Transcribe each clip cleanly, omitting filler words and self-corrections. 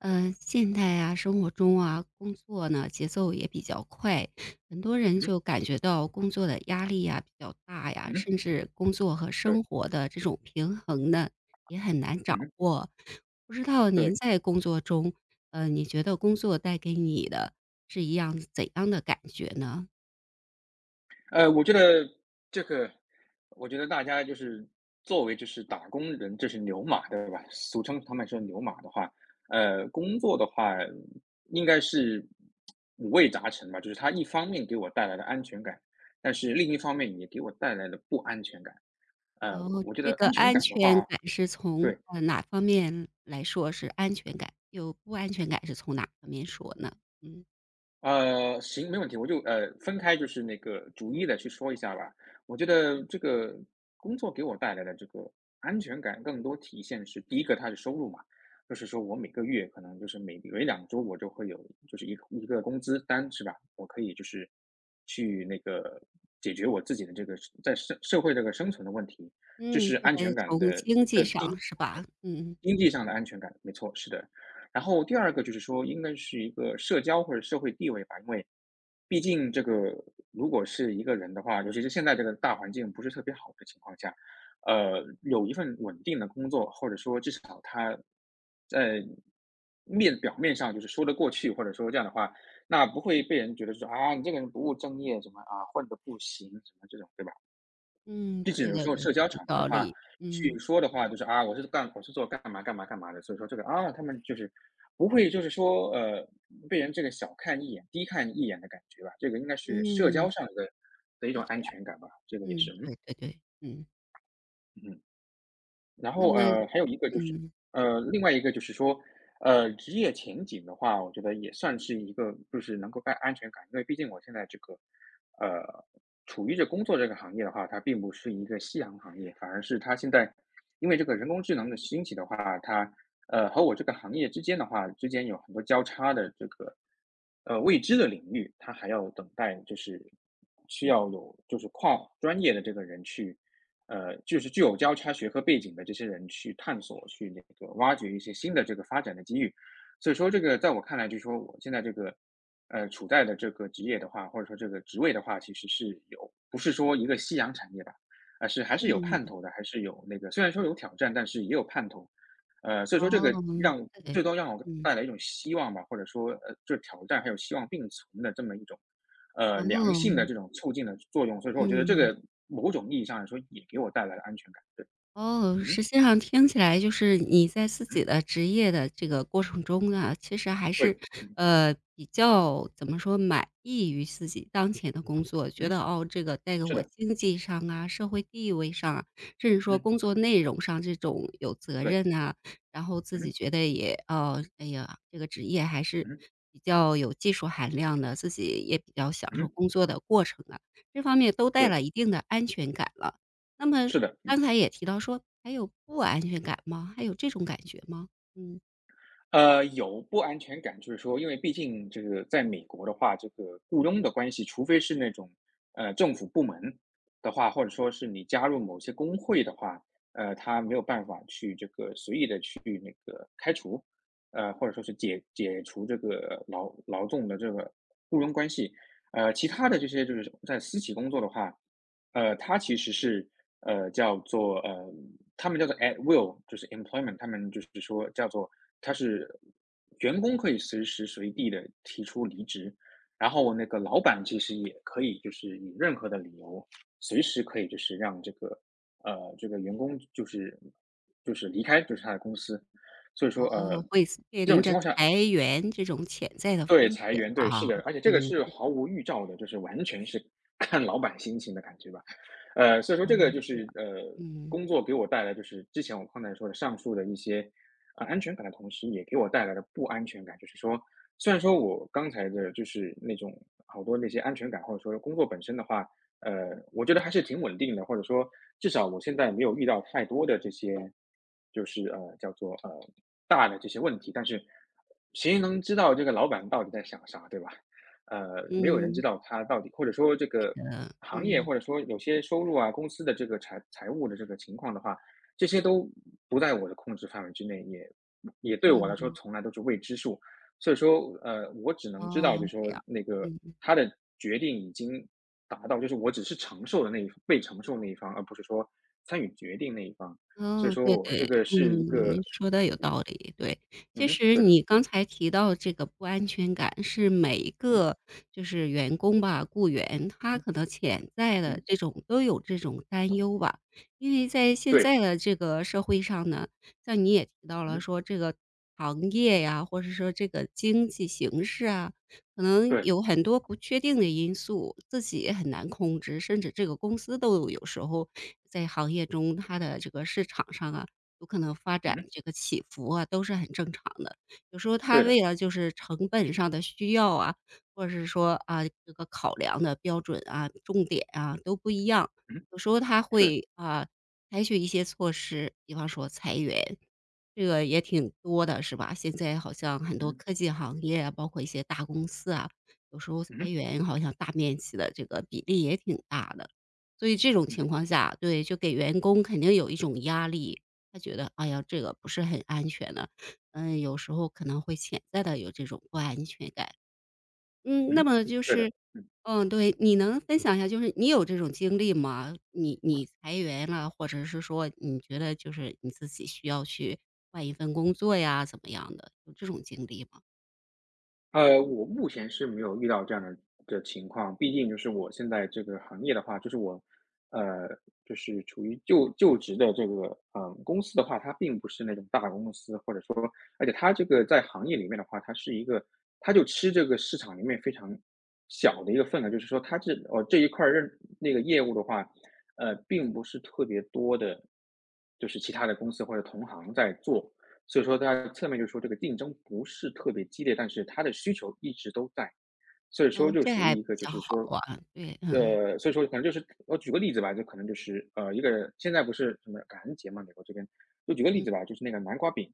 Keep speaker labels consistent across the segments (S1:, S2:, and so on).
S1: 嗯，现代啊，生活中啊，工作呢节奏也比较快，很多人
S2: 嗯哼。
S1: 就感觉到工作的压力呀比较大呀，
S2: 嗯哼。
S1: 甚至工作和
S2: 对。
S1: 生活的这种平衡呢也很难掌
S2: 嗯哼。
S1: 握。不知道您
S2: 对。
S1: 在工作中，你觉得工作带给你的是一样怎样的感觉呢？
S2: 我觉得这个，我觉得大家就是作为就是打工人，这是牛马，对吧？俗称他们说牛马的话。工作的话应该是五味杂陈吧。就是它一方面给我带来了安全感，但是另一方面也给我带来了不安全感。
S1: 然后
S2: 我觉
S1: 这
S2: 得
S1: 个
S2: 安全
S1: 安
S2: 感的
S1: 全
S2: 话。
S1: 感是从
S2: 对。
S1: 哪方面来说是安全感？有不安全感是从哪方面说呢？嗯。
S2: 行，没问题，我就分开，就是那个逐一的去说一下吧。我觉得这个工作给我带来的这个安全感，更多体现是第一个，它是收入嘛。就是说我每个月可能就是每两周我就会有就是一个工资单是吧？我可以就是去那个解决我自己的这个在社会这个生存的问题。这
S1: 嗯，
S2: 是
S1: 这
S2: 安
S1: 得
S2: 全感
S1: 从
S2: 的
S1: 经济
S2: 第一，
S1: 上是吧？嗯，
S2: 经济上的安全感，没错，是的。然后第二个就是说，应该是一个社交或者社会地位吧。因为毕竟这个如果是一个人的话，尤其是现在这个大环境不是特别好的情况下，有一份稳定的工作，或者说至少他在表面上就是说得过去，或者说这样的话，那不会被人觉得说啊，你这个人不务正业什么啊，混得不行什么这种，对吧？
S1: 嗯，
S2: 即使
S1: 对
S2: 有
S1: 对
S2: 时候
S1: 对，
S2: 社
S1: 这
S2: 交
S1: 个
S2: 场合的
S1: 道
S2: 话，
S1: 理，
S2: 去
S1: 嗯，
S2: 说的话就是啊，我是做干嘛干嘛干嘛的，所以说这个啊，他们就是不会就是说被人这个小看一眼、低看一眼的感觉吧，这个应该是社
S1: 嗯，
S2: 交上的一
S1: 是
S2: 种
S1: 这
S2: 安
S1: 样，
S2: 全感吧，这个也
S1: 嗯，
S2: 是。
S1: 对对对，嗯，
S2: 嗯嗯。然
S1: 那
S2: 后，
S1: 么
S2: 还有一个就是，
S1: 嗯，
S2: 另外一个就是说，职业前景的话，我觉得也算是一个，就是能够带安全感，因为毕竟我现在这个，呃，处于这工作这个行业的话，它并不是一个夕阳行业，反而是它现在因为这个人工智能的兴起的话，它，和我这个行业之间的话，之间有很多交叉的这个，未知的领域，它还要等待，就是需要有就是跨专业的这个人去。就是具有交叉学科背景的这些人去探索、去那个挖掘一些新的这个发展的机遇。所以说这个在我看来，就是说我现在这个，处在的这个职业的话，或者说这个职位的话，其实是有不是说一个夕阳产业吧，而是还是有
S1: 嗯，
S2: 盼头的，还是有那个虽然说有挑战，但是也有盼头。所以说这个
S1: 哦，
S2: 让
S1: 对，
S2: 最多让我
S1: 嗯，
S2: 带来一种希望吧，或者说就是挑战还有希望并存的这么一种良性的
S1: 哦，
S2: 这种促进的作用。所以说我觉得这
S1: 嗯。
S2: 个某种意义上来说也给我带来了安全感。对。
S1: 哦，实
S2: 嗯
S1: 际上听起来就是你在自己
S2: 嗯。
S1: 的职业的这个过程中呢，其实还
S2: 对。
S1: 是，
S2: 嗯。
S1: 比较怎么说，满意于自己当前的工作，觉
S2: 嗯。
S1: 得哦，这个带给
S2: 是
S1: 我
S2: 的。
S1: 经济上啊、社会地位上啊，甚至说
S2: 嗯。
S1: 工作内容上这种有责
S2: 对。
S1: 任啊，然后自己
S2: 嗯
S1: 觉得也哦，哎呀，这个职业还是
S2: 嗯
S1: 比较有技术含量的，自己也比较享受
S2: 嗯。
S1: 工作的过程啊，这方面都带
S2: 对。
S1: 了一定的安全感了。那么
S2: 是的。
S1: 刚才也提到说，还有不安全感吗？还有这种感觉吗？嗯，
S2: 有不安全感，就是说，因为毕竟这个在美国的话，这个雇佣的关系，除非是那种政府部门的话，或者说是你加入某些工会的话，他没有办法去这个随意的去那个开除，或者说是解除这个劳动的这个雇佣关系。其他的这些就是在私企工作的话，他其实是呃，叫做呃，他们叫做 at will,就是 employment,他们就是说叫做他是员工可以随时随地的提出离职，然后那个老板其实也可以就是以任何的理由，随时可以就是让这个这个员工就是离开就是他的公司，所以
S1: 哦，
S2: 说
S1: 会是面
S2: 这
S1: 临
S2: 种情
S1: 着
S2: 况下
S1: 裁员这种潜在的
S2: 对，
S1: 风
S2: 裁
S1: 险
S2: 员，对，
S1: 哈。
S2: 是的，而且这个
S1: 嗯，
S2: 是毫无预兆的，就是完全是 看老板心情的感觉吧。所以说
S1: 哦，
S2: 这个就
S1: 这
S2: 是
S1: 样，嗯，
S2: 工作给我带来就是之前我刚才说的上述的一些安全感的同时，也给我带来了不安全感。就是说，虽然说我刚才的就是那种好多那些安全感，或者说工作本身的话，呃，我觉得还是挺稳定的，或者说至少我现在没有遇到太多的这些，叫做大的这些问题。但是谁能知道这个老板到底在想啥，对吧？没有人知
S1: 嗯，
S2: 道他到底，或者说这个
S1: 的，
S2: 行业，
S1: 嗯，
S2: 或者说有些收入啊，公司的这个财务的这个情况的话，这些都不在我的控制范围之内，也对我
S1: 嗯，
S2: 来说
S1: 嗯
S2: 从来都是未知数。所以说，我只能知道，
S1: 哦，
S2: 就是
S1: 这
S2: 说
S1: 样，
S2: 那个
S1: 嗯。
S2: 他的决定已经达到，就是我只是承受的那一被承受那一方，而不是说参与决定那一方。所以
S1: 哦，
S2: 说
S1: 对
S2: 我这
S1: 对，
S2: 个是一
S1: 嗯，您
S2: 个。
S1: 说的有道理，对。
S2: 嗯
S1: 其
S2: 哼。
S1: 实
S2: 对的。
S1: 你刚才提到这个不安全感是每一个
S2: 嗯
S1: 就是员工吧、雇员，他
S2: 嗯
S1: 可能潜在的
S2: 嗯。
S1: 这种都有这种担忧吧。因为在现
S2: 对。
S1: 在的这个社会上呢，像你也提到了
S2: 嗯。
S1: 说这个行业呀，或者说这个经济形势啊，可能
S2: 对。
S1: 有很多不确定的因素，自己也很难控制，甚至这个公司都有时候在行业中，它的这个市场上啊，有可能发展
S2: 嗯。
S1: 这个起伏啊，都是很正常的。有时候它
S2: 对的。
S1: 为了就是成本上的需要啊，或者是说啊这个考量的标准啊、重点啊都不一样，
S2: 嗯。
S1: 有时候它
S2: 是。
S1: 会啊采取一些措施，比方说裁员。这个也挺多的是吧？现在好像很
S2: 嗯
S1: 多
S2: 哼。
S1: 科技行业啊，包括一些大公司啊，有时候
S2: 嗯
S1: 裁
S2: 哼。
S1: 员好像大面积的这个比例也挺大的。所以这种
S2: 嗯
S1: 情
S2: 哼。
S1: 况下，对，就给员工肯定有一种压力，他觉得，哎呀，这个不是很安全的，嗯，有时候可能会潜在的有这种不安全感。嗯，
S2: 嗯
S1: 那
S2: 哼。
S1: 么就
S2: 对的。
S1: 是
S2: 嗯。
S1: 嗯，对，你能分享一下，就是你有这种经历吗？你裁员了，或者是说你觉得就是你自己需要去换一份工作呀，怎么样的，有这种经历吗？
S2: 我目前是没有遇到这样的情况，毕竟就是我现在这个行业的话，就是我，呃，就是处于就职的这个嗯，公司的话，它并不是那种大公司，或者而且它这个在行业里面的话，它是一个它就吃这个市场里面非常小的一个份额，就是说它这哦这一块儿认那个业务的话，并不是特别多的，就是其他的公司或者同行在做，所以说它侧面就说这个竞争不是特别激烈，但是它的需求一直都在，所以说
S1: 嗯，
S2: 就
S1: 这
S2: 属
S1: 还
S2: 于
S1: 比
S2: 一个就
S1: 较
S2: 是
S1: 好
S2: 说，
S1: 啊，对，嗯
S2: 所以说可能就是我举个例子吧，就可能就是一个现在不是什么感恩节嘛，美国这边就举个例
S1: 嗯，
S2: 子吧，就是那个南瓜饼。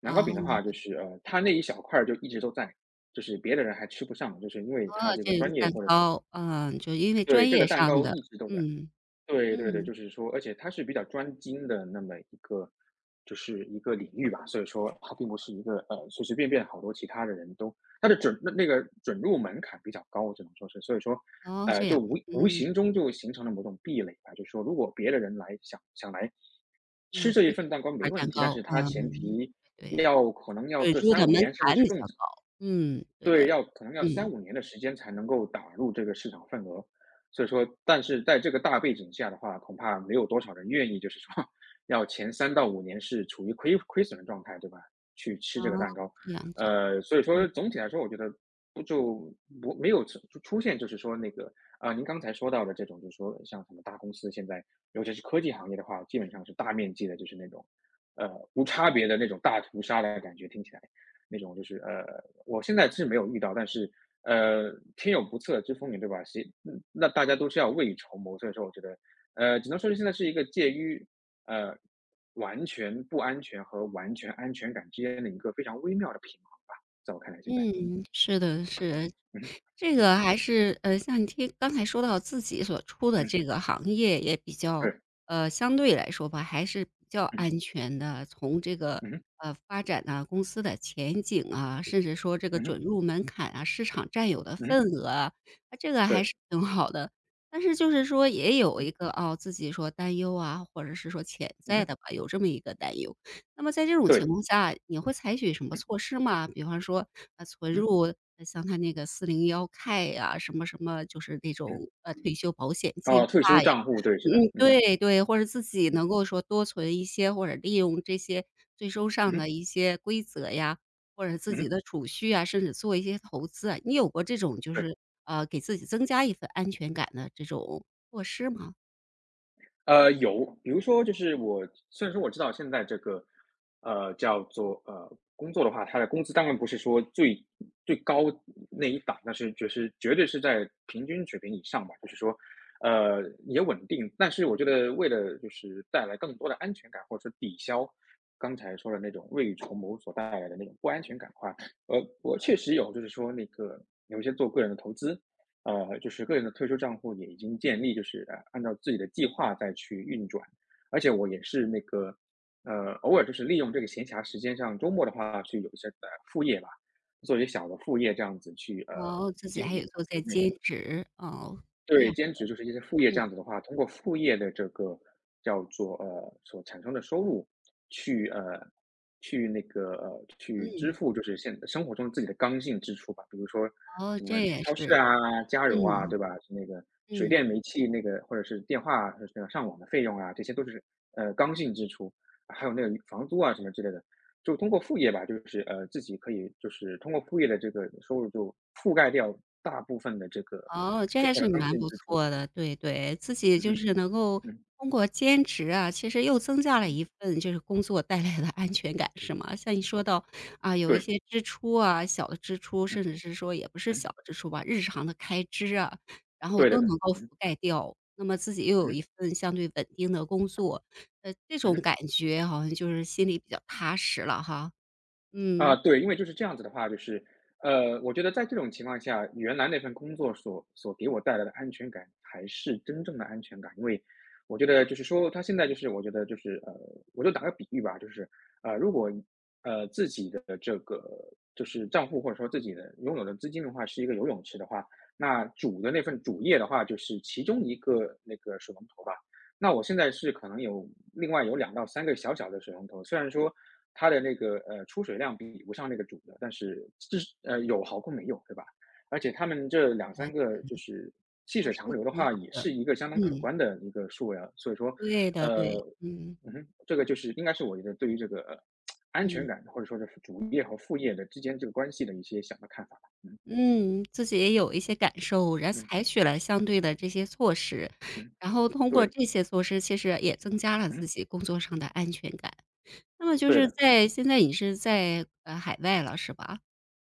S2: 南瓜
S1: 啊，
S2: 饼的
S1: 你
S2: 话，就是它那一小块儿就一直都在，就是别的人还吃不上，就是因为
S1: 哦，
S2: 它这个
S1: 这个
S2: 专业
S1: 蛋
S2: 或者说是
S1: 糕，嗯，就因为
S2: 对，
S1: 专
S2: 这
S1: 业
S2: 个蛋
S1: 上
S2: 糕
S1: 的，
S2: 一直都在。
S1: 嗯
S2: 对对对。
S1: 嗯，
S2: 就是说，而且它是比较专精的那么一个，就是一个领域吧，所以说它并不是一个随随便便好多其他的人都它的准那个准入门槛比较高，只能说是，所以说，
S1: 哦，这
S2: 就
S1: 样，
S2: 无
S1: 嗯
S2: 形中就形成了某种壁垒吧，就是说，如果别的人来想来吃
S1: 嗯，分
S2: 这
S1: 这
S2: 一份
S1: 一
S2: 蛋糕
S1: 块儿
S2: 没
S1: 蛋
S2: 问题，但
S1: 糕，
S2: 是他前
S1: 嗯，
S2: 提
S1: 对
S2: 要可能要
S1: 对，
S2: 个
S1: 准入
S2: 三
S1: 的
S2: 五
S1: 门
S2: 年，甚至
S1: 槛
S2: 是
S1: 比
S2: 更
S1: 较高，嗯，对
S2: 对，
S1: 的，
S2: 要可能要三
S1: 嗯。
S2: 五年的时间才能够打入这个市场份额。所以说但是在这个大背景下的话，恐怕没有多少人愿意就是说 要前3到5年是处于亏损的状态，对吧？去吃这个
S1: 哦，
S2: 蛋糕。
S1: 这样子，
S2: 所以说总体来说，我觉得不就不没有出现就是说那个，啊，您刚才说到的这种就是说像什么大公司现在尤其是科技行业的话，基本上是大面积的就是那种，呃，无差别的那种大屠杀的感觉，听起来。那种就是我现在是没有遇到，但是天有不测之风云，对吧？那大家都是要未雨绸缪，所以说我觉得，只能说是现在是一个介于呃完全不安全和完全安全感之间的一个非常微妙的平衡吧，在我看来现在。嗯
S1: 嗯，是的，是。
S2: 嗯
S1: 这
S2: 嗯
S1: 个还是像你听刚才说到自己所处的
S2: 嗯，
S1: 这个行业也比较
S2: 对，
S1: 相对来说吧，还是比较
S2: 嗯
S1: 安全的。从这个，
S2: 嗯
S1: 发展啊，公司的前景啊，甚至说这个
S2: 嗯哼
S1: 准入门槛啊，市场占有的
S2: 嗯哼
S1: 份额啊，啊，这个还
S2: 对，
S1: 是挺好的。但是就是说也有
S2: 嗯
S1: 一个，哦，自己说担忧啊，或者是说潜
S2: 嗯
S1: 在
S2: 哼
S1: 的吧，有这么一个担忧。那么在这种情
S2: 对，
S1: 况下，你会采取什么
S2: 嗯
S1: 措施吗？比方说，存
S2: 嗯
S1: 入像他那个401(k) 呀，什么什么就是那
S2: 嗯，
S1: 种，退休保险
S2: 哦，
S1: 计
S2: 退休
S1: 划呀，
S2: 账户，对，是的，
S1: 嗯，
S2: 嗯哼
S1: 对对，或者自己能够说多存一些，或者利用这些税收
S2: 嗯
S1: 上
S2: 哼
S1: 的一些规则呀，或者自
S2: 嗯
S1: 己
S2: 哼，
S1: 的储蓄啊，甚至做一些投资啊，你有过这种就
S2: 对。
S1: 是，给自己增加一份安全感的这种措施吗？
S2: 有，比如说就是我虽然说我知道现在这个，叫做工作的话，它的工资当然不是说最高那一档，但是就是绝对是在平均水平以上吧，就是说，也稳定。但是我觉得为了就是带来更多的安全感，或者说抵消刚才说的那种未雨绸缪所带来的那种不安全感的话，我确实有就是说那个有一些做个人的投资。就是个人的退休账户也已经建立，就是按照自己的计划再去运转，而且我也是那个偶尔就是利用这个闲暇时间像周末的话去有一些副业吧，做一些小的副业这样子去
S1: 哦，自己
S2: 解
S1: 还
S2: 决。
S1: 有做在兼职，哦，这
S2: 对，
S1: 样，
S2: 兼职就是一些副业这
S1: 嗯，
S2: 样子的话，通过副业的这个叫做所产生的收入，去呃去那个呃去支
S1: 嗯。
S2: 付就是现生活中自己的刚性支出吧，比如说
S1: 哦，
S2: 什么
S1: 这
S2: 去
S1: 也
S2: 超市
S1: 是，
S2: 啊、加油啊，
S1: 嗯，
S2: 对吧？那个水
S1: 嗯，
S2: 电煤气那个或者是电话那个上网的费用啊，这些都是刚性支出，啊还有那个房租啊什么之类的。就通过副业吧，就是自己可以就是通过副业的这个收入就覆盖掉大部分的这个
S1: 哦，这
S2: 身
S1: 还
S2: 材
S1: 是
S2: 的刚
S1: 蛮
S2: 劲
S1: 不
S2: 之处。
S1: 错的，对对，自己
S2: 嗯
S1: 就
S2: 哼，
S1: 是能够
S2: 嗯，
S1: 通过兼职啊，其实又增加了
S2: 嗯，
S1: 一份就是工作带来的安全感，是吗？像你说到，啊，有一
S2: 对，
S1: 些支出啊，小的支出，甚
S2: 嗯，
S1: 至是说也不是小
S2: 嗯，
S1: 的支出吧，日常的开支啊，然后
S2: 对
S1: 都
S2: 的
S1: 能
S2: 的，
S1: 够覆
S2: 嗯哼
S1: 盖掉，那么自己又
S2: 嗯
S1: 有一
S2: 哼
S1: 份相对稳定的工作，这
S2: 嗯
S1: 种
S2: 哼。
S1: 感觉好像就是心里比较踏实了哈，
S2: 啊，
S1: 嗯，
S2: 对，因为就是这样子的话，就是，我觉得在这种情况下，原来那份工作所给我带来的安全感，才是真正的安全感。因为我觉得就是说，他现在就是我觉得就是我就打个比喻吧，就是如果就是账户或者说自己的拥有的资金的话，是一个游泳池的话，那主的那份主业的话，就是其中一个那个水龙头吧。那我现在是可能有另外有两到三个小小的水龙头，虽然说它的那个，出水量比不上那个主的，但是有好过没有，对吧？而且他们这两三
S1: 哎
S2: 个就是细
S1: 还
S2: 水
S1: 是
S2: 长流的
S1: 挺
S2: 话，
S1: 好
S2: 也
S1: 的，
S2: 是一个相当可
S1: 嗯。
S2: 观的一个数额，所以说，
S1: 对的，对，
S2: 呃
S1: 嗯，
S2: 嗯哼。这个就是应该是我觉得对于这个，安全
S1: 嗯，
S2: 感或者说是主业和副业的之间这个关系的一些小的看法吧。嗯，
S1: 嗯，自己也有一些感受，然后
S2: 嗯，
S1: 采取了相对的这些措施，
S2: 嗯，
S1: 然后通过
S2: 对，
S1: 这些措施，其实也增加了自
S2: 嗯，
S1: 己工作上的安全感。那么就
S2: 对
S1: 是
S2: 的，
S1: 在现在你是在，海外了是吧？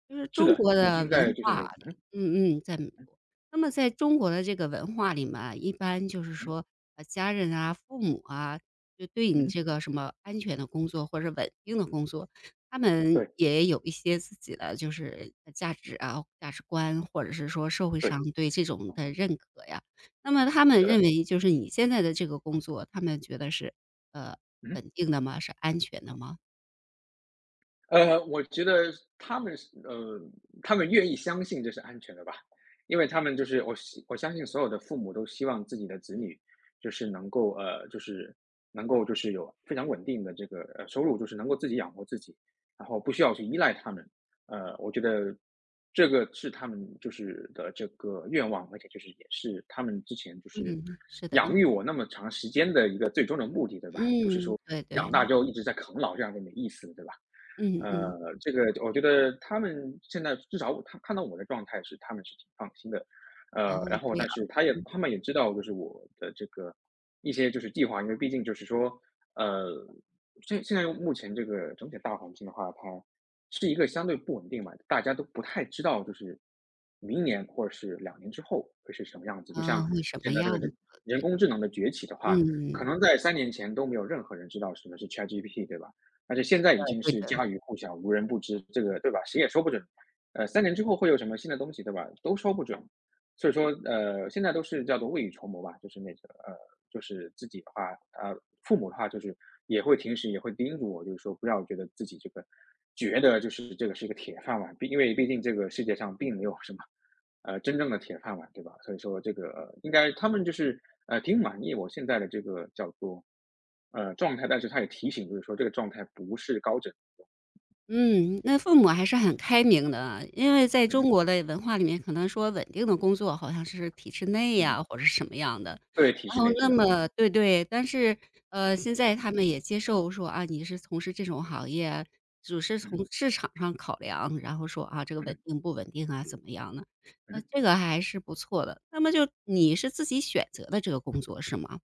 S1: 就是
S2: 是
S1: 中
S2: 的，
S1: 国
S2: 已
S1: 的
S2: 经
S1: 文
S2: 在就是
S1: 化里嗯嗯，在美国。那么在中国的这个文化里面啊，一般就是
S2: 嗯，
S1: 说，家人啊、父母啊，就对你
S2: 嗯，
S1: 这个什么安全的工作或者稳定的工作，他们
S2: 对，
S1: 也有一些自己的就是价值啊、价值观，或者是说社会
S2: 对，
S1: 上对这种的认可呀。那么他们
S2: 是
S1: 认
S2: 的，
S1: 为就是你现在的这个工作，他们觉得是，呃
S2: 嗯。
S1: 稳定的吗？是安全的吗？
S2: 我觉得他们是呃，他们愿意相信这是安全的吧，因为他们就是我相信所有的父母都希望自己的子女就是就是能够就是有非常稳定的这个收入，就是能够自己养活自己，然后不需要去依赖他们。我觉得这个是他们就是的这个愿望，而且就是也是他们之前就是
S1: 嗯，是的，
S2: 养育我那么长时间的一个最终的目的，对吧？
S1: 嗯，对
S2: 养大
S1: 对，
S2: 之后一直在啃老，这样就没意思了，对吧？
S1: 嗯
S2: 呃，
S1: 嗯，
S2: 这个我觉得他们现在至少他看到我的状态是，他们是挺放心的。
S1: 哦，
S2: 然后
S1: 这样，
S2: 但是他也
S1: 嗯，
S2: 他们也知道，就是我的这个一些就是计划，因为毕竟就是说，呃，现在目前这个整体大环境的话，它是一个相对不稳定嘛，大家都不太知道，就是明年或者是2年之后会是什么样子。就
S1: 啊，
S2: 像
S1: 会什么
S2: 现在这个
S1: 样子，
S2: 人人
S1: 对，
S2: 工智能的崛起的话，可
S1: 嗯，
S2: 能在三年前都没有任何人知道什么是 ChatGPT，对吧？而且现在已
S1: 对
S2: 经
S1: 对
S2: 是
S1: 的。
S2: 家喻户晓、无人不知，这个对吧？谁也说不准，三年之后会有什么新的东西，对吧？都说不准。所以说，现在都是叫做未雨绸缪吧，就是那个，呃，就是自己的话，呃，父母的话就是平时也会叮嘱我，就是说不要觉得自己这个觉得就是这个是一个铁饭碗，因为毕竟这个世界上并没有什么真正的铁饭碗，对吧？所以说这个应该他们就是挺满意我现在的这个叫做状态，但是他也提醒，就是说这个状态不是高枕。
S1: 嗯，那父母还是很开明的啊因为在
S2: 嗯哼，
S1: 中国的文化里面，可能说稳定的工作好像是体制内
S2: 嗯哼，
S1: 呀，或者是什么样的。
S2: 对，体
S1: 然
S2: 制
S1: 后
S2: 内是
S1: 那
S2: 的，嗯哼，
S1: 么对对，但是，现在他们也接受说啊，你是从事这种行业啊，只是从
S2: 嗯
S1: 市场上考量，然后说啊，这个
S2: 哼，嗯
S1: 稳
S2: 哼，
S1: 定不稳定啊，怎么样呢？
S2: 嗯哼。
S1: 这个还是不错的。那么就你是自己选择的这个工作是吗？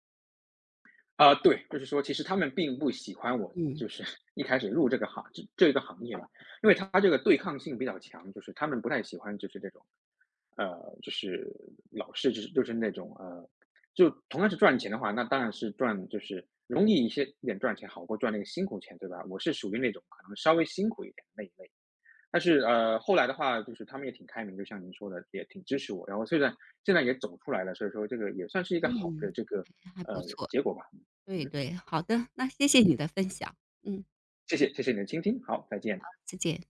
S2: 啊，对，就是说其实他们并不喜欢我，
S1: 嗯
S2: 就是 一开始入这个行业嘛，因为他这个对抗性比较强，就是他们不太喜欢就是这种，呃，就是老是就是那种就同样是赚钱的话，那当然是赚就是容易一点赚钱，好过赚那个辛苦钱，对吧？我是属于那种可能稍微辛苦一点的那一类。但是后来的话，就是他们也挺开明，就像您说的，也挺支持我。然后虽然现在也走出来了，所以说这个也算是一个好的
S1: 嗯，
S2: 这个
S1: 还不错。
S2: 结果吧。
S1: 对
S2: 嗯，
S1: 对，好的，那谢谢你的分享，嗯，
S2: 谢谢你的倾听，好，再见。
S1: 再见。